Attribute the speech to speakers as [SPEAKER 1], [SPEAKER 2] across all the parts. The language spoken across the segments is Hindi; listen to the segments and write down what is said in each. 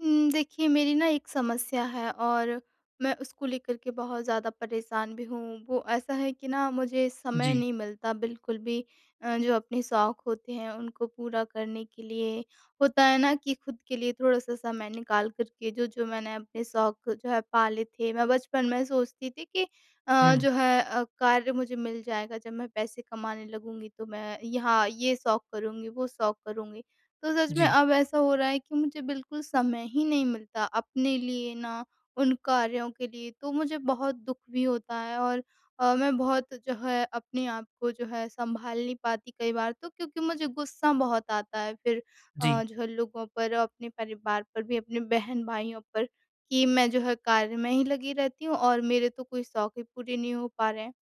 [SPEAKER 1] देखिए, मेरी ना एक समस्या है और मैं उसको लेकर के बहुत ज़्यादा परेशान भी हूँ। वो ऐसा है कि ना मुझे समय
[SPEAKER 2] जी।
[SPEAKER 1] नहीं मिलता बिल्कुल भी जो अपने शौक होते हैं उनको पूरा करने के लिए। होता है ना कि खुद के लिए थोड़ा-सा समय निकाल कर के जो-जो मैंने अपने शौक जो है पाले थे। मैं बचपन में सोचती थी कि
[SPEAKER 2] हुँ।
[SPEAKER 1] जो है कार्य मुझे मिल जाएगा जब मैं पैसे कमाने लगूँगी, तो मैं यहाँ ये शौक करूँगी, वो शौक करूँगी। तो सच में
[SPEAKER 2] जी,
[SPEAKER 1] अब ऐसा हो रहा है कि मुझे बिल्कुल समय ही नहीं मिलता अपने लिए ना, उन कार्यों के लिए। तो मुझे बहुत दुख भी होता है और मैं बहुत जो है अपने आप को जो है संभाल नहीं पाती कई बार, तो क्योंकि मुझे गुस्सा बहुत आता है फिर
[SPEAKER 2] जी।
[SPEAKER 1] जो है लोगों पर, अपने परिवार पर भी, अपने बहन भाइयों पर कि मैं जो है कार्य में ही लगी रहती हूँ और मेरे तो कोई शौक ही पूरे नहीं हो पा रहे हैं।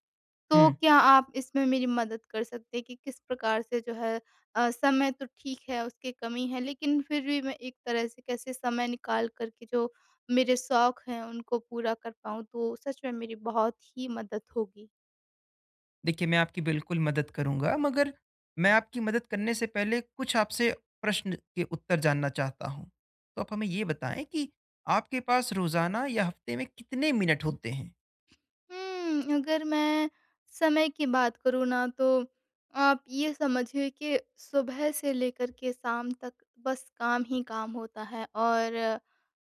[SPEAKER 1] तो
[SPEAKER 2] हुँ।
[SPEAKER 1] क्या आप इसमें मेरी मदद कर सकते हैं कि किस प्रकार से जो है समय तो ठीक है, उसकी कमी है, लेकिन फिर भी मैं एक तरह से कैसे समय निकाल कर के जो मेरे शौक हैं उनको पूरा कर पाऊँ, तो सच में मेरी बहुत ही मदद होगी।
[SPEAKER 2] देखिए, मैं आपकी बिल्कुल मदद करूँगा, मगर मैं आपकी मदद करने से पहले कुछ आपसे प्रश्न के उत्तर जानना चाहता हूँ। तो आप हमें ये बताएँ कि आपके पास रोज़ाना या हफ़्ते में कितने मिनट होते हैं?
[SPEAKER 1] अगर मैं समय की बात करूँ ना, तो आप ये समझिए कि सुबह से लेकर के शाम तक बस काम ही काम होता है। और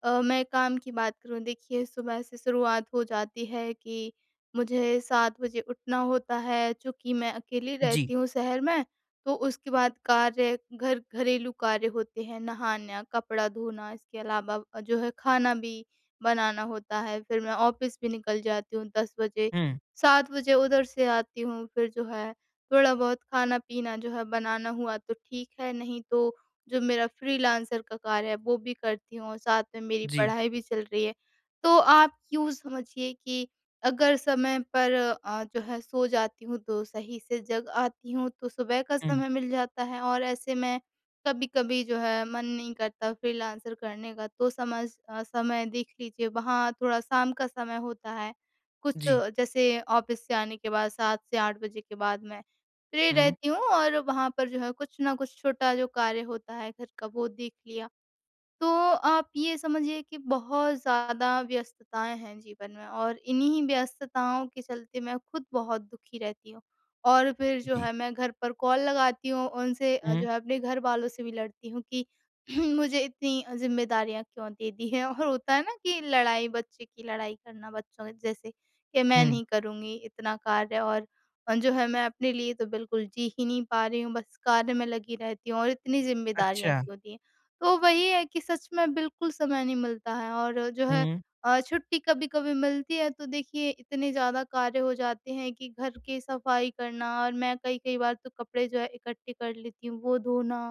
[SPEAKER 1] मैं काम की बात करूँ, देखिए सुबह से शुरुआत हो जाती है कि मुझे 7 बजे उठना होता है चूँकि मैं अकेली
[SPEAKER 2] जी।
[SPEAKER 1] रहती हूँ शहर में। तो उसके बाद कार्य घर घरेलू कार्य होते हैं, नहाना, कपड़ा धोना, इसके अलावा जो है खाना भी बनाना होता है, फिर मैं ऑफ़िस भी निकल जाती हूँ 10 बजे,
[SPEAKER 2] हुँ।
[SPEAKER 1] 7 बजे उधर से आती हूँ, फिर जो है थोड़ा बहुत खाना-पीना जो है बनाना हुआ तो ठीक है, नहीं तो जो मेरा फ्रीलांसर का कार्य है वो भी करती हूँ और साथ में मेरी
[SPEAKER 2] जी।
[SPEAKER 1] पढ़ाई भी चल रही है। तो आप यूँ समझिए कि अगर समय पर जो है सो जाती हूँ तो सही से जग आती हूँ, तो सुबह का
[SPEAKER 2] हुँ।
[SPEAKER 1] समय मिल जाता है। और ऐसे मैं कभी-कभी जो है मन नहीं करता फ्रीलांसर करने का, तो समय देख लीजिए, वहाँ थोड़ा शाम का समय होता है। कुछ
[SPEAKER 2] जी।
[SPEAKER 1] जैसे ऑफ़िस से आने के बाद 7 से 8 बजे के बाद मैं फ्री
[SPEAKER 2] हुँ।
[SPEAKER 1] रहती हूँ और वहाँ पर जो है कुछ ना कुछ छोटा जो कार्य होता है घर का वो देख लिया। तो आप ये समझिए कि बहुत ज़्यादा व्यस्तताएँ हैं जीवन में और इन्हीं व्यस्तताओं के चलते मैं खुद बहुत दुखी रहती हूँ। और फिर जो
[SPEAKER 2] जी।
[SPEAKER 1] है मैं घर पर कॉल लगाती हूँ, उनसे
[SPEAKER 2] हुँ।
[SPEAKER 1] जो है अपने घर वालों से भी लड़ती हूँ कि मुझे इतनी ज़िम्मेदारियाँ क्यों दे दी हैं। और होता है ना कि लड़ाई बच्चे की लड़ाई करना बच्चों के जैसे कि मैं
[SPEAKER 2] हुँ।
[SPEAKER 1] नहीं करूँगी इतना कार्य, और जो है मैं अपने लिए तो बिल्कुल जी ही नहीं पा रही हूँ, बस कार्य में लगी रहती हूँ और इतनी ज़िम्मेदारियाँ
[SPEAKER 2] अच्छा।
[SPEAKER 1] क्यों दी हैं। तो वही है कि सच में बिल्कुल समय नहीं मिलता है और जो है
[SPEAKER 2] हुँ।
[SPEAKER 1] छुट्टी कभी-कभी मिलती है, तो देखिए इतने ज़्यादा कार्य हो जाते हैं कि घर की सफाई करना, और मैं कई-कई बार तो कपड़े जो है इकट्ठे कर लेती हूँ, वो धोना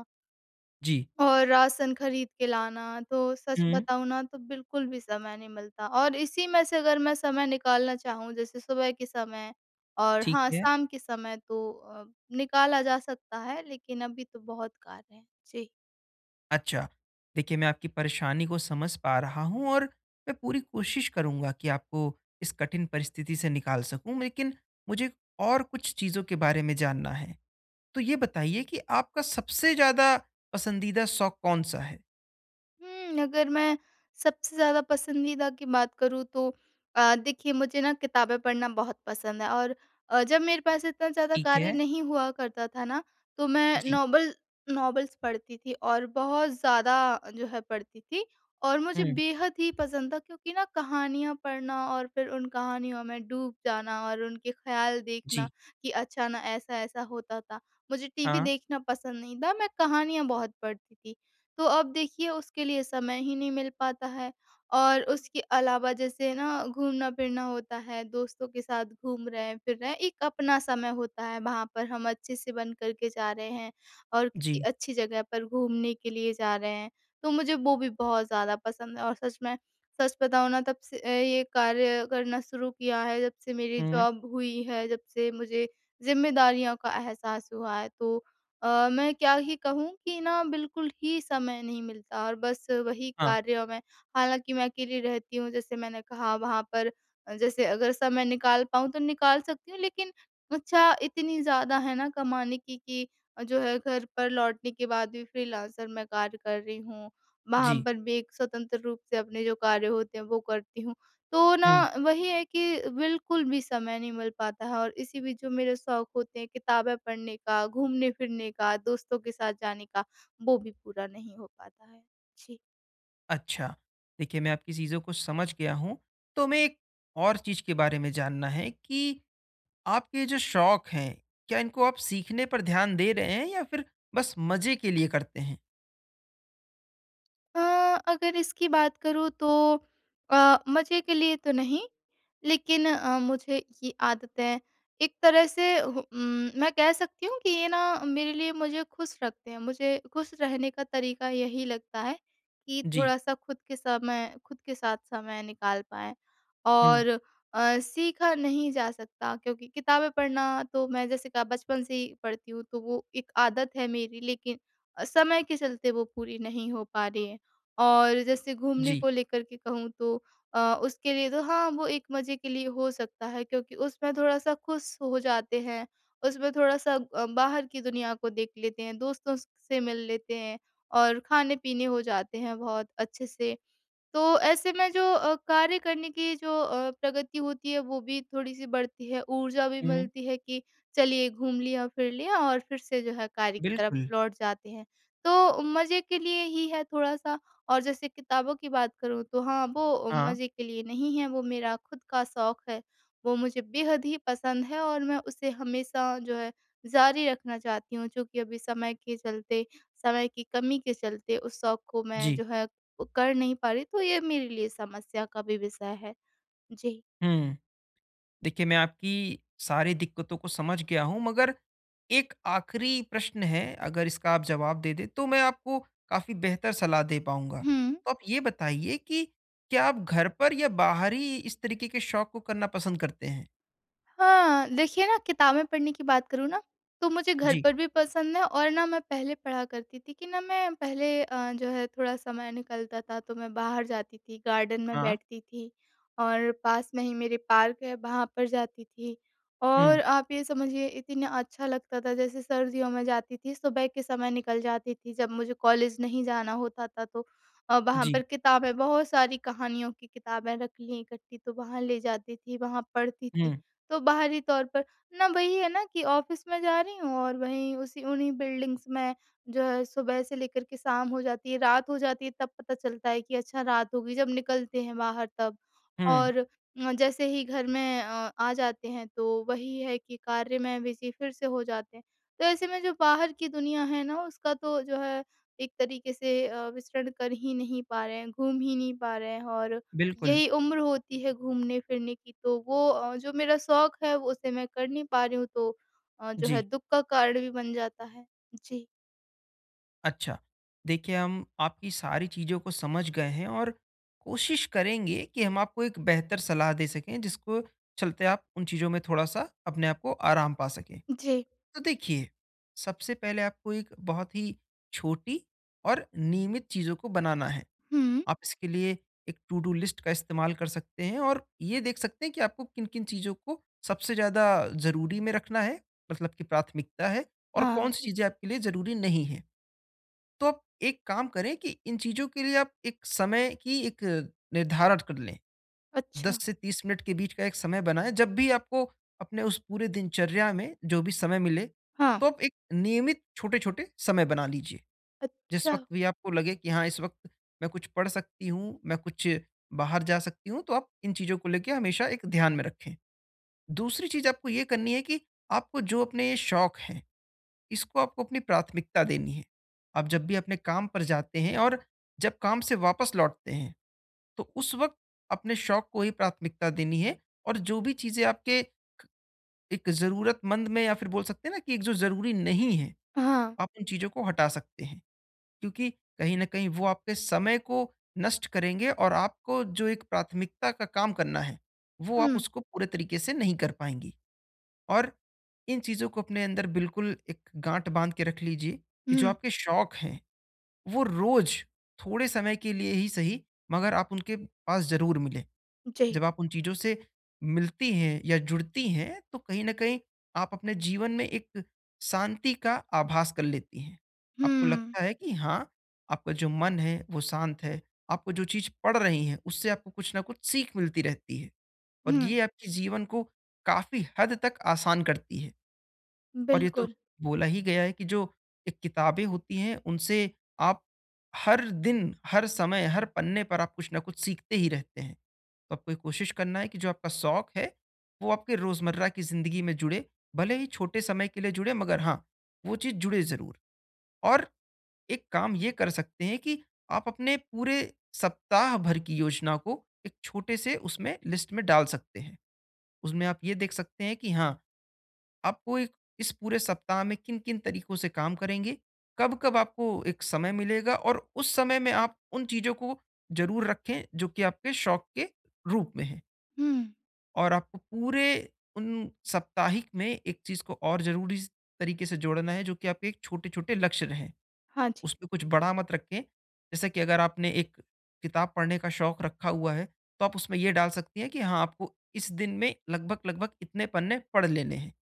[SPEAKER 2] जी।
[SPEAKER 1] और राशन खरीद के लाना। तो सच
[SPEAKER 2] हुँ।
[SPEAKER 1] बताऊँ ना, तो बिल्कुल भी समय नहीं मिलता और इसी में से अगर मैं समय निकालना चाहूँ, जैसे सुबह के समय और
[SPEAKER 2] ठीक
[SPEAKER 1] हाँ,
[SPEAKER 2] है।
[SPEAKER 1] शाम के समय, तो निकाला जा सकता है, लेकिन अभी तो बहुत कार्य हैं। जी।
[SPEAKER 2] अच्छा। देखिए, मैं आपकी परेशानी को समझ पा रहा हूँ और मैं पूरी कोशिश करूँगा कि आपको इस कठिन परिस्थिति से निकाल सकूँ। लेकिन मुझे और कुछ चीज़ों के बारे में जानना है। तो ये बताइए कि आपका सबसे ज़्यादा पसंदीदा शौक कौन-सा है?
[SPEAKER 1] अगर मैं सबसे ज़्यादा पसंदीदा की बात करूँ, तो देखिए, मुझे ना किताबें पढ़ना बहुत पसंद है और जब मेरे पास इतना ज़्यादा
[SPEAKER 2] ठीक
[SPEAKER 1] कार्य
[SPEAKER 2] है।
[SPEAKER 1] नहीं हुआ करता था ना, तो मैं
[SPEAKER 2] जी।
[SPEAKER 1] नॉवल नॉवेल्स पढ़ती थी और बहुत ज़्यादा जो है पढ़ती थी, और मुझे
[SPEAKER 2] हुँ।
[SPEAKER 1] बेहद ही पसंद था क्योंकि ना कहानियाँ पढ़ना और फिर उन कहानियों में डूब जाना और उनके ख़्याल देखना
[SPEAKER 2] जी।
[SPEAKER 1] कि अच्छा ना ऐसा-ऐसा होता था। मुझे टीवी
[SPEAKER 2] हाँ।
[SPEAKER 1] देखना पसंद नहीं था, मैं कहानियाँ बहुत पढ़ती थी। तो अब देखिए उसके लिए समय ही नहीं मिल पाता है और उसके अलावा जैसे ना घूमना-फिरना होता है, दोस्तों के साथ घूम रहे हैं, फिर रहे हैं, एक अपना समय होता है, वहाँ पर हम अच्छे से बन कर के जा रहे हैं और किसी
[SPEAKER 2] जी।
[SPEAKER 1] अच्छी जगह पर घूमने के लिए जा रहे हैं। तो मुझे वो भी बहुत ज़्यादा पसंद है और सच में सच बताऊँ ना, तब से ये कार्य करना शुरू किया है जब से मेरी
[SPEAKER 2] हुँ।
[SPEAKER 1] जॉब हुई है, जब से मुझे ज़िम्मेदारियों का एहसास हुआ है। तो मैं क्या ही कहूँ कि ना बिल्कुल ही समय नहीं मिलता और बस वही
[SPEAKER 2] हाँ।
[SPEAKER 1] कार्यों में। हालाँकि मैं अकेली रहती हूँ, जैसे मैंने कहा, वहाँ पर जैसे अगर समय निकाल पाऊँ तो निकाल सकती हूँ, लेकिन अच्छा इतनी ज़्यादा है ना कमाने की, कि जो है घर पर लौटने के बाद भी फ्रीलांसर मैं कार्य कर रही हूँ। वहाँ
[SPEAKER 2] जी।
[SPEAKER 1] पर भी एक स्वतंत्र रूप से अपने जो कार्य होते हैं वो करती हूँ। तो ना
[SPEAKER 2] हुँ।
[SPEAKER 1] वही है कि बिल्कुल भी समय नहीं मिल पाता है और इसी बीच जो मेरे शौक होते हैं, किताबें पढ़ने का, घूमने फिरने का, दोस्तों के साथ जाने का, वो भी पूरा नहीं हो पाता है। जी।
[SPEAKER 2] अच्छा। देखिए, मैं आपकी चीज़ों को समझ गया हूँ। तो मैं एक और चीज़ के बारे में जानना है कि आपके ये जो शौक हैं, क्या इनको आप सीखने पर ध्यान दे रहे हैं या फिर बस मज़े के लिए करते हैं?
[SPEAKER 1] अ, अगर इसकी बात करूँ, तो मज़े के लिए तो नहीं, लेकिन मुझे ये आदतें एक तरह से मैं कह सकती हूँ कि ये ना मेरे लिए मुझे खुश रखते हैं। मुझे खुश रहने का तरीका यही लगता है कि
[SPEAKER 2] जी।
[SPEAKER 1] थोड़ा-सा खुद के समय खुद के साथ समय निकाल पाएँ।
[SPEAKER 2] हुँ,
[SPEAKER 1] और सीखा नहीं जा सकता क्योंकि किताबें पढ़ना तो मैं जैसे कहा बचपन से ही पढ़ती हूँ, तो वो एक आदत है मेरी, लेकिन समय के चलते वो पूरी नहीं हो पा रही है। और जैसे घूमने
[SPEAKER 2] जी।
[SPEAKER 1] को लेकर के कहूँ, तो उसके लिए तो हाँ, वो एक मज़े के लिए हो सकता है क्योंकि उसमें थोड़ा-सा खुश हो जाते हैं, उसमें थोड़ा-सा बाहर की दुनिया को देख लेते हैं, दोस्तों स से मिल लेते हैं और खाने-पीने हो जाते हैं बहुत अच्छे से। तो ऐसे में जो कार्य करने की जो प्रगति होती है, वो भी थोड़ी-सी बढ़ती है, ऊर्जा भी
[SPEAKER 2] हुँ,
[SPEAKER 1] मिलती है कि चलिए घूम लिया, फिर लिया और फिर से जो है कार्य की तरफ
[SPEAKER 2] बिल्कुल।
[SPEAKER 1] लौट जाते हैं। तो मज़े के लिए ही है थोड़ा-सा, और जैसे किताबों की बात करूँ तो हाँ, वो
[SPEAKER 2] हाँ,
[SPEAKER 1] मज़े के लिए नहीं है, वो मेरा खुद का शौक है। वो मुझे बेहद ही पसंद है और मैं उसे हमेशा जो है जारी रखना चाहती हूँ, चूँकि अभी समय के चलते, समय की कमी के चलते उस शौक को मैं
[SPEAKER 2] जी।
[SPEAKER 1] जो है कर नहीं पा रही, तो ये मेरे लिए समस्या का भी विषय है। जी।
[SPEAKER 2] हुँ, देखिए मैं आपकी सारी दिक्कतों को समझ गया हूँ मगर एक आखिरी प्रश्न है, अगर इसका आप जवाब दे दें तो मैं आपको काफ़ी बेहतर सलाह दे पाऊँगा।
[SPEAKER 1] हुँ।
[SPEAKER 2] तो आप ये बताइए कि क्या आप घर पर या बाहर ही इस तरीके के शौक को करना पसंद करते हैं?
[SPEAKER 1] हाँ, देखिए ना, किताबें पढ़ने की बात करूँ ना, तो मुझे घर
[SPEAKER 2] जी।
[SPEAKER 1] पर भी पसंद है। और ना मैं पहले पढ़ा करती थी, कि ना मैं पहले जो है थोड़ा समय निकलता था तो मैं बाहर जाती थी, गार्डन में
[SPEAKER 2] हाँ।
[SPEAKER 1] बैठती थी और पास में ही मेरे पार्क है, वहाँ पर जाती थी। और
[SPEAKER 2] हुँ,
[SPEAKER 1] आप ये समझिए, इतना अच्छा लगता था, जैसे सर्दियों में जाती थी, सुबह के समय निकल जाती थी जब मुझे कॉलेज नहीं जाना होता था, तो वहाँ
[SPEAKER 2] जी।
[SPEAKER 1] पर किताबें बहुत सारी कहानियों की किताबें रख ली इकट्ठी, तो वहाँ ले जाती थी, वहाँ पढ़ती थी।
[SPEAKER 2] हुँ,
[SPEAKER 1] तो बाहरी तौर पर ना वही है ना, कि ऑफ़िस में जा रही हूँ और वहीं उसी उन्हीं बिल्डिंग्स में जो है सुबह से लेकर के शाम हो जाती है, रात हो जाती है, तब पता चलता है कि अच्छा रात हो गई जब निकलते हैं बाहर तब।
[SPEAKER 2] हुँ,
[SPEAKER 1] और जैसे ही घर में आ जाते हैं, तो वही है कि कार्य में बिज़ी फिर से हो जाते हैं। तो ऐसे में जो बाहर की दुनिया है ना, उसका तो जो है एक तरीके से विचरण कर ही नहीं पा रहे हैं, घूम ही नहीं पा रहे हैं। और
[SPEAKER 2] बिल्कुल।
[SPEAKER 1] यही उम्र होती है घूमने-फिरने की, तो वो जो मेरा शौक है वो उसे मैं कर नहीं पा रही हूँ, तो जो है
[SPEAKER 2] जी,
[SPEAKER 1] दुःख का कारण भी बन जाता है। जी।
[SPEAKER 2] अच्छा। देखिए, हम आपकी सारी चीज़ों को समझ गए हैं और कोशिश करेंगे कि हम आपको एक बेहतर सलाह दे सकें, जिसको चलते आप उन चीज़ों में थोड़ा-सा अपने आप को आराम पा सकें।
[SPEAKER 1] जी।
[SPEAKER 2] तो देखिए, सबसे पहले आपको एक बहुत ही छोटी और नियमित चीज़ों को बनाना है।
[SPEAKER 1] हुँ।
[SPEAKER 2] आप इसके लिए एक टू डू लिस्ट का इस्तेमाल कर सकते हैं और ये देख सकते हैं कि आपको किन-किन चीज़ों को सबसे ज़्यादा ज़रूरी में रखना है, मतलब की प्राथमिकता है, और
[SPEAKER 1] हाँ।
[SPEAKER 2] कौन-सी चीज़ें आपके लिए ज़रूरी नहीं है। तो आप एक काम करें कि इन चीज़ों के लिए आप एक समय की एक निर्धारण कर लें। 10
[SPEAKER 1] अच्छा।
[SPEAKER 2] से 30 मिनट के बीच का एक समय बनाएँ, जब भी आपको अपने उस पूरे दिनचर्या में जो भी समय मिले,
[SPEAKER 1] हाँ।
[SPEAKER 2] तो आप एक नियमित छोटे-छोटे समय बना लीजिए। जिस
[SPEAKER 1] अच्छा।
[SPEAKER 2] वक़्त भी आपको लगे कि हाँ, इस वक़्त मैं कुछ पढ़ सकती हूँ, मैं कुछ बाहर जा सकती हूँ, तो आप इन चीज़ों को लेके हमेशा एक ध्यान में रखें। दूसरी चीज़ आपको ये करनी है कि आपको जो अपने ये शौक हैं, इसको आपको अपनी प्राथमिकता देनी है। आप जब भी अपने काम पर जाते हैं और जब काम से वापस लौटते हैं, तो उस वक़्त अपने शौक को ही प्राथमिकता देनी है, और जो भी चीज़ें आपके क एक ज़रूरतमंद में या फिर बोल सकते हैं ना कि एक जो ज़रूरी नहीं है,
[SPEAKER 1] हाँ।
[SPEAKER 2] आप उन चीज़ों को हटा सकते हैं। क्योंकि कहीं न कहीं वो आपके समय को नष्ट करेंगे, और आपको जो एक प्राथमिकता का काम करना है, वो आप
[SPEAKER 1] हुँ,
[SPEAKER 2] उसको पूरे तरीके से नहीं कर पाएँगी। और इन चीज़ों को अपने अंदर बिल्कुल एक गाँठ बाँध के रख लीजिए कि जो
[SPEAKER 1] हुँ।
[SPEAKER 2] आपके शौक हैं, वो रोज़ थोड़े समय के लिए ही सही, मगर आप उनके पास ज़रूर मिलें।
[SPEAKER 1] जी।
[SPEAKER 2] जब आप उन चीज़ों से मिलती हैं या जुड़ती हैं, तो कहीं न कहीं आप अपने जीवन में एक शांति का आभास कर लेती हैं। आपको
[SPEAKER 1] हुँ,
[SPEAKER 2] लगता है कि हाँ, आपका जो मन है वो शांत है, आपको जो चीज़ पड़ रही है उससे आपको कुछ न कुछ सीख मिलती रहती है, और
[SPEAKER 1] हुँ।
[SPEAKER 2] ये आपके जीवन को काफ़ी हद तक आसान करती है। और ये तो
[SPEAKER 1] बिल्कुल।
[SPEAKER 2] बोला ही गया है कि जो एक किताबें होती हैं, उनसे आप हर दिन, हर समय, हर पन्ने पर आप कुछ न कुछ सीखते ही रहते हैं। तो आपको ये कोशिश करना है कि जो आपका शौक है, वो आपके रोज़मर्रा की ज़िंदगी में जुड़े, भले ही छोटे समय के लिए जुड़े, मगर हाँ, वो चीज़ जुड़े ज़रूर। और एक काम ये कर सकते हैं कि आप अपने पूरे सप्ताह भर की योजना को एक छोटे से उसमें लिस्ट में डाल सकते हैं। उसमें आप ये देख सकते हैं कि हाँ, आपको एक इस पूरे सप्ताह में किन-किन तरीकों से काम करेंगे, कब-कब आपको एक समय मिलेगा, और उस समय में आप उन चीज़ों को ज़रूर रखें जो कि आपके शौक के रूप में हैं।
[SPEAKER 1] हुँ।
[SPEAKER 2] और आपको पूरे उन साप्ताहिक में एक चीज़ को और ज़रूरी स तरीके से जोड़ना है, जो कि आपके एक छोटे-छोटे लक्ष्य रहें।
[SPEAKER 1] हाँ जी।
[SPEAKER 2] उसमें कुछ बड़ा मत रखें, जैसे कि अगर आपने एक किताब पढ़ने का शौक रखा हुआ है, तो आप उसमें ये डाल सकती हैं कि हाँ, आपको इस दिन में लगभग-लगभग इतने पन्ने पढ़ लेने हैं।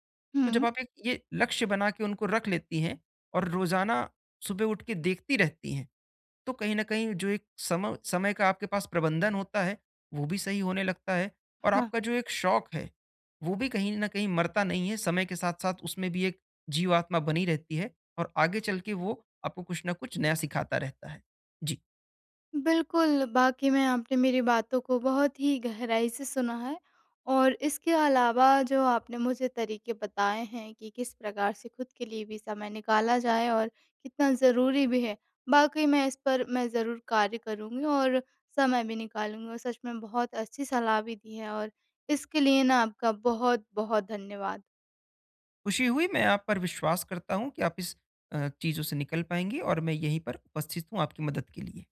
[SPEAKER 2] तो जब
[SPEAKER 1] हुँ।
[SPEAKER 2] आप एक ये लक्ष्य बना के उनको रख लेती हैं और रोज़ाना सुबह उठ के देखती रहती हैं, तो कहीं न कहीं जो एक समय समय का आपके पास प्रबंधन होता है, वो भी सही होने लगता है, और
[SPEAKER 1] हाँ।
[SPEAKER 2] आपका जो एक शौक है, वो भी कहीं न कहीं मरता नहीं है, समय के साथ-साथ उसमें भी एक जीवात्मा बनी रहती है, और आगे चल के वो आपको कुछ न कुछ नया सिखाता रहता है। जी,
[SPEAKER 1] बिल्कुल, वाक़ई में आपने मेरी बातों को बहुत ही गहराई से सुना है और इसके अलावा जो आपने मुझे तरीके बताए हैं कि किस प्रकार से खुद के लिए भी समय निकाला जाए और कितना ज़रूरी भी है, वाक़ई में इस पर मैं ज़रूर कार्य करूँगी और समय भी निकालूँगी और सच में बहुत अच्छी सलाह भी दी है और इसके लिए ना आपका बहुत-बहुत धन्यवाद।
[SPEAKER 2] खुशी हुई। मैं आप पर विश्वास करता हूँ कि आप इस चीज़ों से निकल पाएँगी, और मैं यहीं पर उपस्थित हूँ आपकी मदद के लिए।